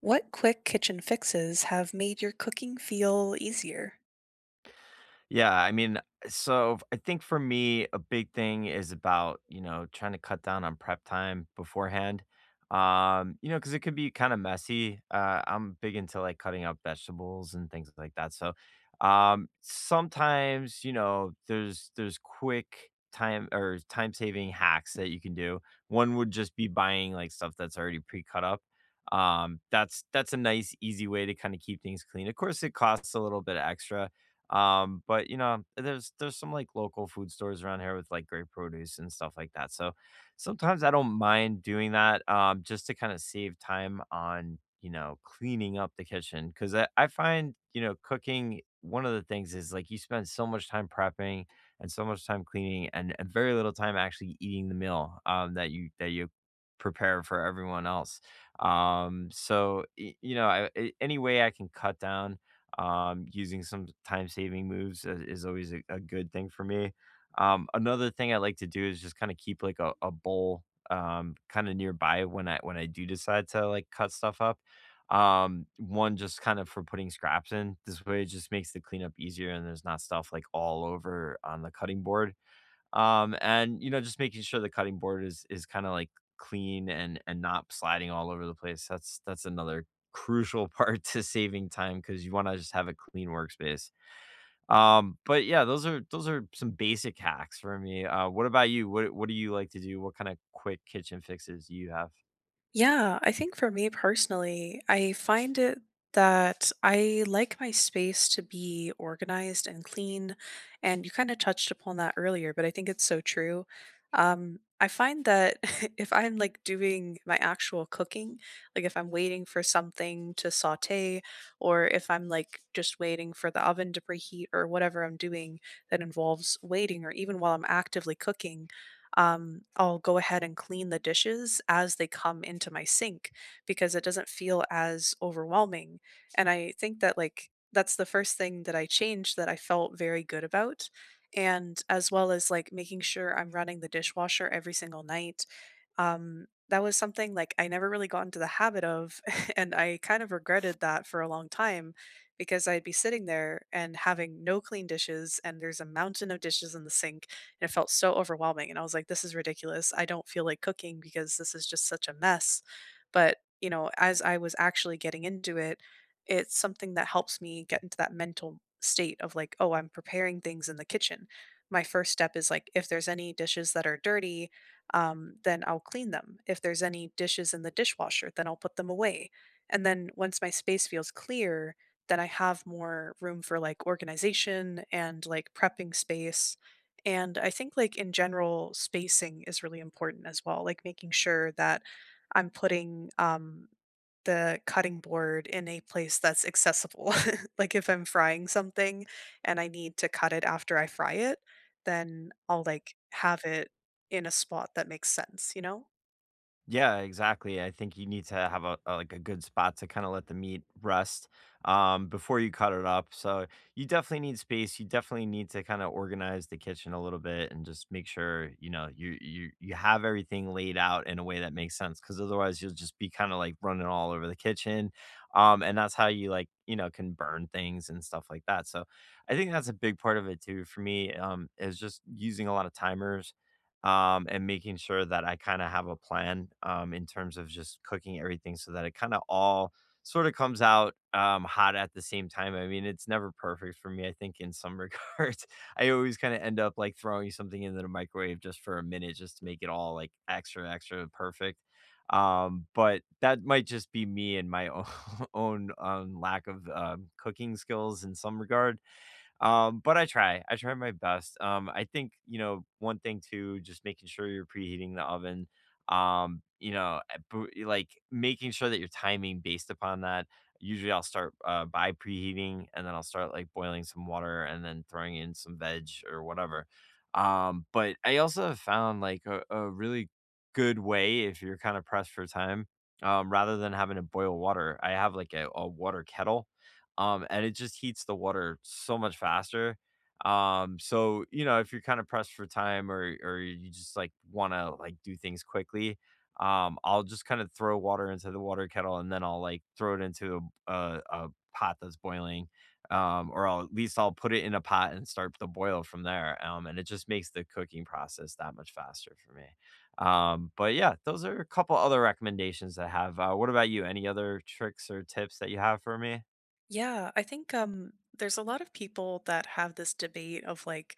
What quick kitchen fixes have made your cooking feel easier? Yeah, I mean, so I think for me, a big thing is about, trying to cut down on prep time beforehand. Because it could be kind of messy. I'm big into like cutting up vegetables and things like that. So sometimes, there's quick time or time saving hacks that you can do. One would just be buying like stuff that's already pre-cut up. That's a nice easy way to kind of keep things clean. Of course, it costs a little bit extra but there's some like local food stores around here with like great produce and stuff like that. So sometimes I don't mind doing that just to kind of save time on, cleaning up the kitchen. Cause I find, cooking one of the things is like you spend so much time prepping and so much time cleaning and very little time actually eating the meal that you prepare for everyone else. Any way I can cut down using some time saving moves is always a good thing for me. Another thing I like to do is just kind of keep like a bowl kind of nearby when I do decide to like cut stuff up. One just kind of for putting scraps in. This way it just makes the cleanup easier and there's not stuff like all over on the cutting board and, just making sure the cutting board is kinda, like, clean and not sliding all over the place. That's another crucial part to saving time because you wanna just have a clean workspace. But, yeah, those are some basic hacks for me. What about you? What do you like to do? What kinda quick kitchen fixes do you have? Yeah, I think for me personally, I find it that I like my space to be organized and clean. And you kind of touched upon that earlier, but I think it's so true. I find that if I'm like doing my actual cooking, like if I'm waiting for something to saute, or if I'm like just waiting for the oven to preheat, or whatever I'm doing that involves waiting, or even while I'm actively cooking, I'll go ahead and clean the dishes as they come into my sink because it doesn't feel as overwhelming. And I think that, like, that's the first thing that I changed that I felt very good about. And as well as like making sure I'm running the dishwasher every single night. That was something like I never really got into the habit of. And I kind of regretted that for a long time because I'd be sitting there and having no clean dishes and there's a mountain of dishes in the sink and it felt so overwhelming. And I was like, this is ridiculous. I don't feel like cooking because this is just such a mess. But, you know, as I was actually getting into it, it's something that helps me get into that mental state of like, oh, I'm preparing things in the kitchen. My first step is like, if there's any dishes that are dirty, then I'll clean them. If there's any dishes in the dishwasher, then I'll put them away. And then once my space feels clear, then I have more room for like organization and like prepping space, and I think, like, in general, spacing is really important as well, like, making sure that I'm putting, the cutting board in a place that's accessible. Like, if I'm frying something and I need to cut it after I fry it, then I'll, like, have it in a spot that makes sense, you know? Yeah, exactly. I think you need to have a like a good spot to kind of let the meat rest before you cut it up. So you definitely need space. You definitely need to kind of organize the kitchen a little bit and just make sure you know you have everything laid out in a way that makes sense. Because otherwise, you'll just be kind of like running all over the kitchen, and that's how you like you know can burn things and stuff like that. So I think that's a big part of it too for me is just using a lot of timers and making sure that I kind of have a plan in terms of just cooking everything so that it kind of all sort of comes out hot at the same time. I mean, it's never perfect for me. I think in some regards, I always kind of end up like throwing something into the microwave just for a minute just to make it all like extra, extra perfect. But that might just be me and my own, own lack of cooking skills in some regard but I try. I try my best. I think, one thing too, just making sure you're preheating the oven. Like making sure that your timing based upon that. Usually I'll start by preheating and then I'll start like boiling some water and then throwing in some veg or whatever. But I also have found like a really good way if you're kind of pressed for time rather than having to boil water. I have like a water kettle and it just heats the water so much faster. So you know, if you're kind of pressed for time or you just like want to like do things quickly, I'll just kind of throw water into the water kettle and then I'll like throw it into a pot that's boiling. At least I'll put it in a pot and start the boil from there. And it just makes the cooking process that much faster for me. But yeah, those are a couple other recommendations I have. What about you? Any other tricks or tips that you have for me? Yeah, I think there's a lot of people that have this debate of like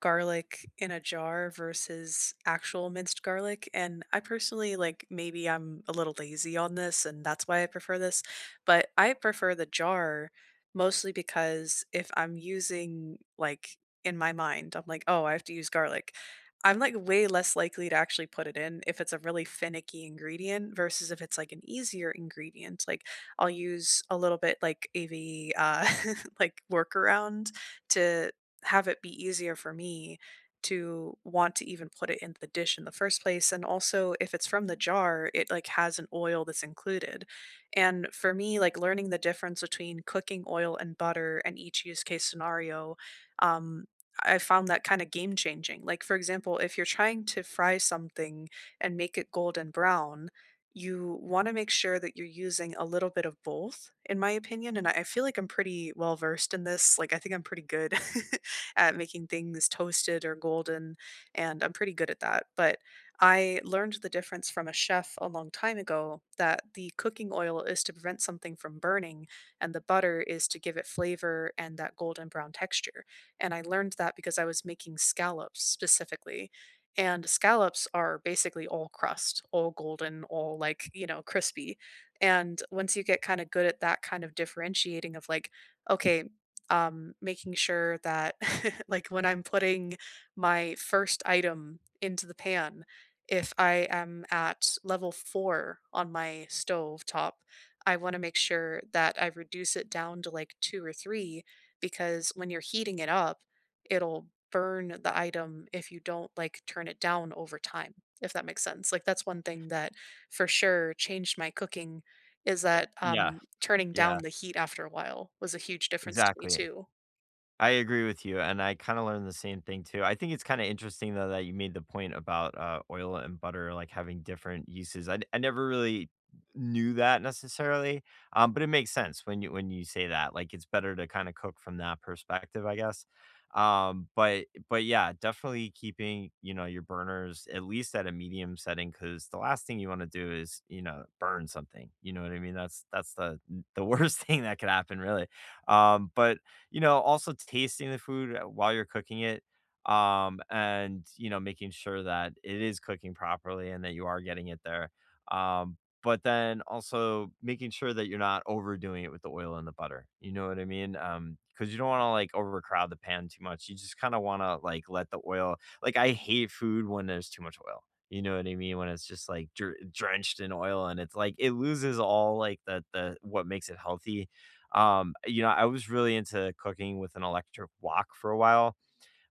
garlic in a jar versus actual minced garlic, and I personally like, maybe I'm a little lazy on this and that's why I prefer this, but I prefer the jar mostly because if I'm using like, in my mind I'm like, "Oh, I have to use garlic." I'm like way less likely to actually put it in if it's a really finicky ingredient versus if it's like an easier ingredient. Like I'll use a little bit like AV, like workaround to have it be easier for me to want to even put it in the dish in the first place. And also, if it's from the jar, it like has an oil that's included. And for me, like learning the difference between cooking oil and butter and each use case scenario, um, I found that kind of game changing. Like, for example, if you're trying to fry something and make it golden brown, you want to make sure that you're using a little bit of both, in my opinion. And I feel like I'm pretty well versed in this. Like, I think I'm pretty good at making things toasted or golden, and I'm pretty good at that. But I learned the difference from a chef a long time ago that the cooking oil is to prevent something from burning, and the butter is to give it flavor and that golden brown texture. And I learned that because I was making scallops specifically, and scallops are basically all crust, all golden, all like, you know, crispy. And once you get kind of good at that kind of differentiating of like, okay, making sure that like when I'm putting my first item into the pan, if I am at level four on my stove top, I want to make sure that I reduce it down to like two or three because when you're heating it up, it'll burn the item if you don't like turn it down over time, if that makes sense. Like that's one thing that for sure changed my cooking, is that Yeah. Turning down Yeah, the heat after a while was a huge difference to me exactly. too. I agree with you, and I kinda learned the same thing too. I think it's kinda interesting though that you made the point about, oil and butter, like, having different uses. I never really knew that necessarily, but it makes sense when you say that, like, it's better to kinda cook from that perspective, I guess. But yeah, definitely keeping, your burners at least at a medium setting because the last thing you wanna do is, you know, burn something, you know what I mean? That's the worst thing that could happen, really. But you know, also tasting the food while you're cooking it, and, making sure that it is cooking properly and that you are getting it there. Um, but then also making sure that you're not overdoing it with the oil and the butter. You know what I mean? Because you don't wanna, like, overcrowd the pan too much. You just kinda wanna, like, let the oil like, I hate food when there's too much oil. You know what I mean? When it's just, like, drenched in oil and it's, like, it loses all, like, the what makes it healthy you know, I was really into cooking with an electric wok for a while,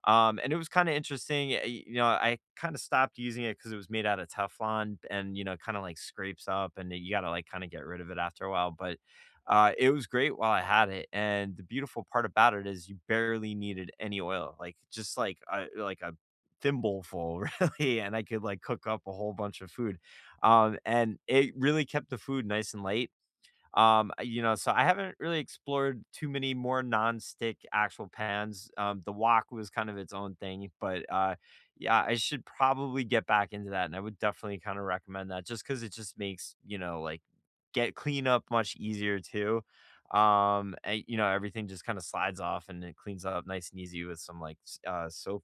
and it was kinda interesting, eh, you know, I kinda stopped using it because it was made out of Teflon and, you know, kinda, like, scrapes up, and eh, you gotta, like, kinda get rid of it after a while, but, it was great while I had it, and the beautiful part about it is you barely needed any oil, like, just like a thimbleful, really, and I could, like, cook up a whole bunch of food, and it really kept the food nice and light. You know, so I haven't really explored too many more non-stick actual pans. The wok was kind of its own thing, but yeah, I should probably get back into that, and I would definitely kind of recommend that just because it just makes you know like get clean up much easier too. And, you know, everything just kind of slides off and it cleans up nice and easy with some like soap.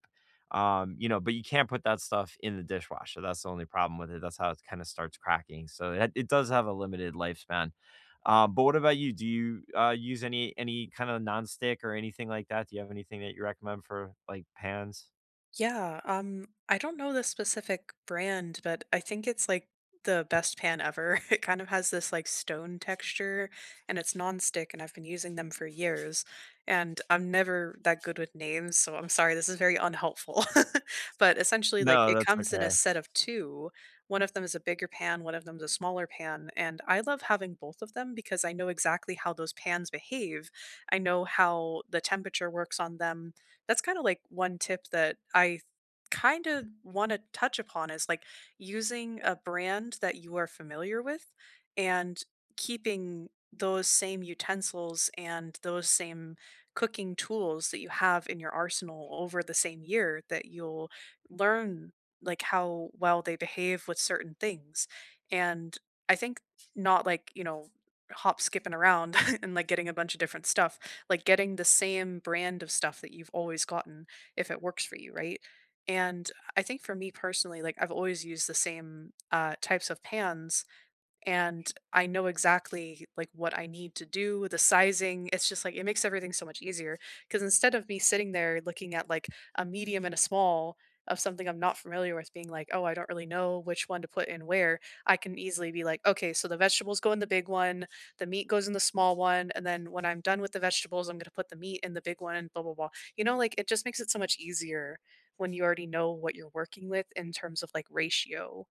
You know, but you can't put that stuff in the dishwasher. That's the only problem with it. That's how it kind of starts cracking. So it does have a limited lifespan but what about you? Do you use any kind of nonstick or anything like that? Do you have anything that you recommend for like pans? Yeah, I don't know the specific brand, but I think it's like the best pan ever. It kind of has this like stone texture and it's nonstick, and I've been using them for years. And I'm never that good with names, so I'm sorry, this is very unhelpful. But essentially, like No, it that's comes in a okay. set of two. One of them is a bigger pan, one of them is a smaller pan. And I love having both of them because I know exactly how those pans behave. I know how the temperature works on them. That's kind of like one tip that I kind of want to touch upon is like using a brand that you are familiar with, and keeping those same utensils and those same cooking tools that you have in your arsenal over the same year, that you'll learn like how well they behave with certain things. And I think, not like, you know, hop skipping around and like getting a bunch of different stuff, like getting the same brand of stuff that you've always gotten, if it works for you, right? And I think for me personally, like I've always used the same types of pans and I know exactly like what I need to do, the sizing. It's just like it makes everything so much easier because instead of me sitting there looking at like a medium and a small of something I'm not familiar with, being like, oh, I don't really know which one to put in where, I can easily be like, okay, so the vegetables go in the big one, the meat goes in the small one, and then when I'm done with the vegetables, I'm going to put the meat in the big one, blah, blah, blah. You know, like it just makes it so much easier when you already know what you're working with in terms of like ratio,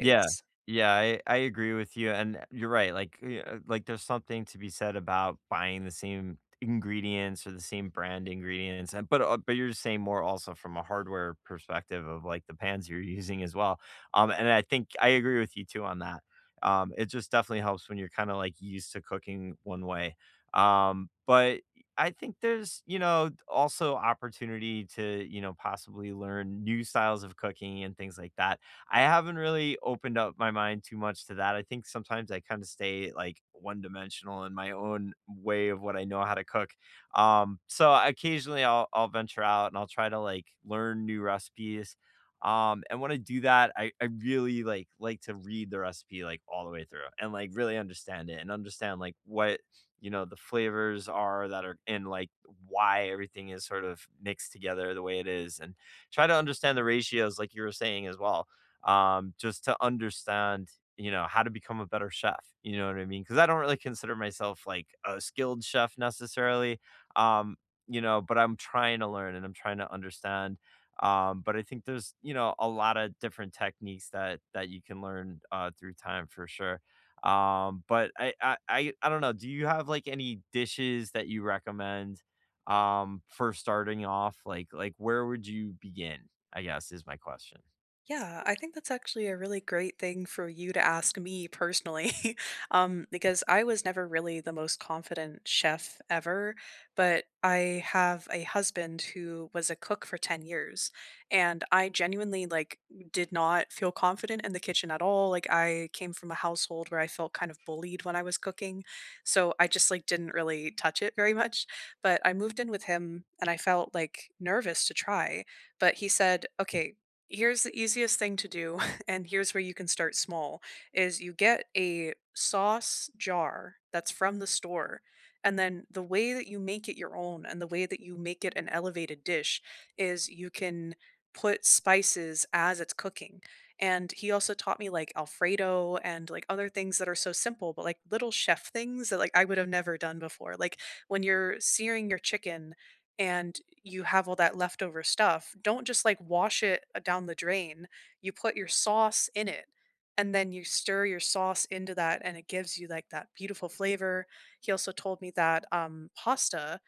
Yeah. Yeah, I agree with you, and you're right, like, there's something to be said about buying the same ingredients or the same brand ingredients, but you're saying more also from a hardware perspective of, like, the pans you're using as well, and I think I agree with you too on that. It just definitely helps when you're kinda, like, used to cooking one way, but I think there's, you know, also opportunity to, possibly learn new styles of cooking and things like that. I haven't really opened up my mind too much to that. I think sometimes I kind of stay like one dimensional in my own way of what I know how to cook. So occasionally I'll venture out and I'll try to like learn new recipes. And when I do that, I really like to read the recipe like all the way through and like really understand it and understand like what you know the flavors are that are and like why everything is sort of mixed together the way it is and try to understand the ratios like you were saying as well just to understand, how to become a better chef. You know what I mean? Because I don't really consider myself like a skilled chef necessarily, um, you know, but I'm trying to learn and I'm trying to understand. But I think there's, a lot of different techniques that that you can learn through time for sure. But I don't know. Do you have like any dishes that you recommend for starting off? Like where would you begin? I guess is my question. Yeah, I think that's actually a really great thing for you to ask me personally, because I was never really the most confident chef ever. But I have a husband who was a cook for 10 years, and I genuinely like did not feel confident in the kitchen at all. Like I came from a household where I felt kind of bullied when I was cooking, so I just like didn't really touch it very much. But I moved in with him, and I felt like nervous to try, but he said, okay, here's the easiest thing to do, and here's where you can start small, is you get a sauce jar that's from the store, and then the way that you make it your own and the way that you make it an elevated dish is you can put spices as it's cooking. And he also taught me like Alfredo and like other things that are so simple, but like little chef things that like I would have never done before. Like when you're searing your chicken and you have all that leftover stuff, don't just like wash it down the drain. You put your sauce in it and then you stir your sauce into that and it gives you like that beautiful flavor. He also told me that pasta,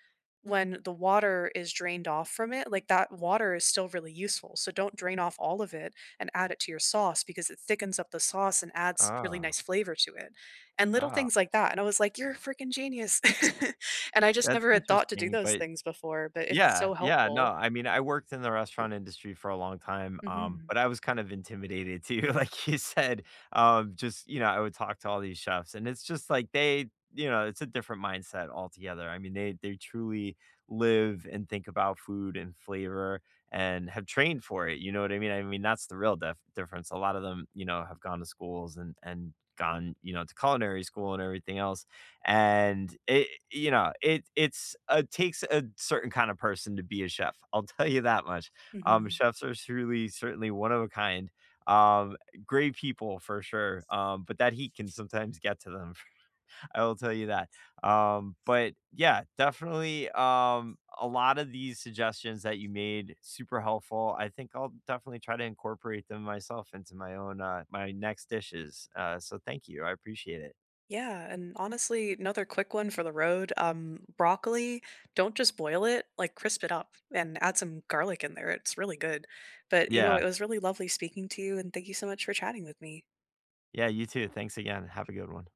when the water is drained off from it, like that water is still really useful. So don't drain off all of it and add it to your sauce because it thickens up the sauce and adds really Ah. nice flavor to it. And little Ah, things like that. And I was like, you're a freaking genius. And I just that's never had thought to do interesting, those but things before, but it's yeah, so yeah, no, helpful. I mean, I worked in the restaurant industry for a long time, Mhm, but I was kind of intimidated too, like you said, just, I would talk to all these chefs and it's just like they you know, it's a different mindset altogether. I mean, they truly live and think about food and flavor and have trained for it, you know what I mean? I mean, that's the real def difference. A lot of them, have gone to schools and gone, to culinary school and everything else and it you know, it it's takes a certain kind of person to be a chef, I'll tell you that much. Mhm. Chefs are truly certainly one of a kind, um, great people for sure, but that heat can sometimes get to them, I will tell you that. But yeah, definitely, a lot of these suggestions that you made, super helpful. I think I'll definitely try to incorporate them myself into my own, my next dishes, so thank you, I appreciate it. Yeah, and honestly, another quick one for the road, broccoli, don't just boil it, like, crisp it up and add some garlic in there, it's really good. But, you know, Yeah. it was really lovely speaking to you, and thank you so much for chatting with me. Yeah, you too. Thanks again. Have a good one.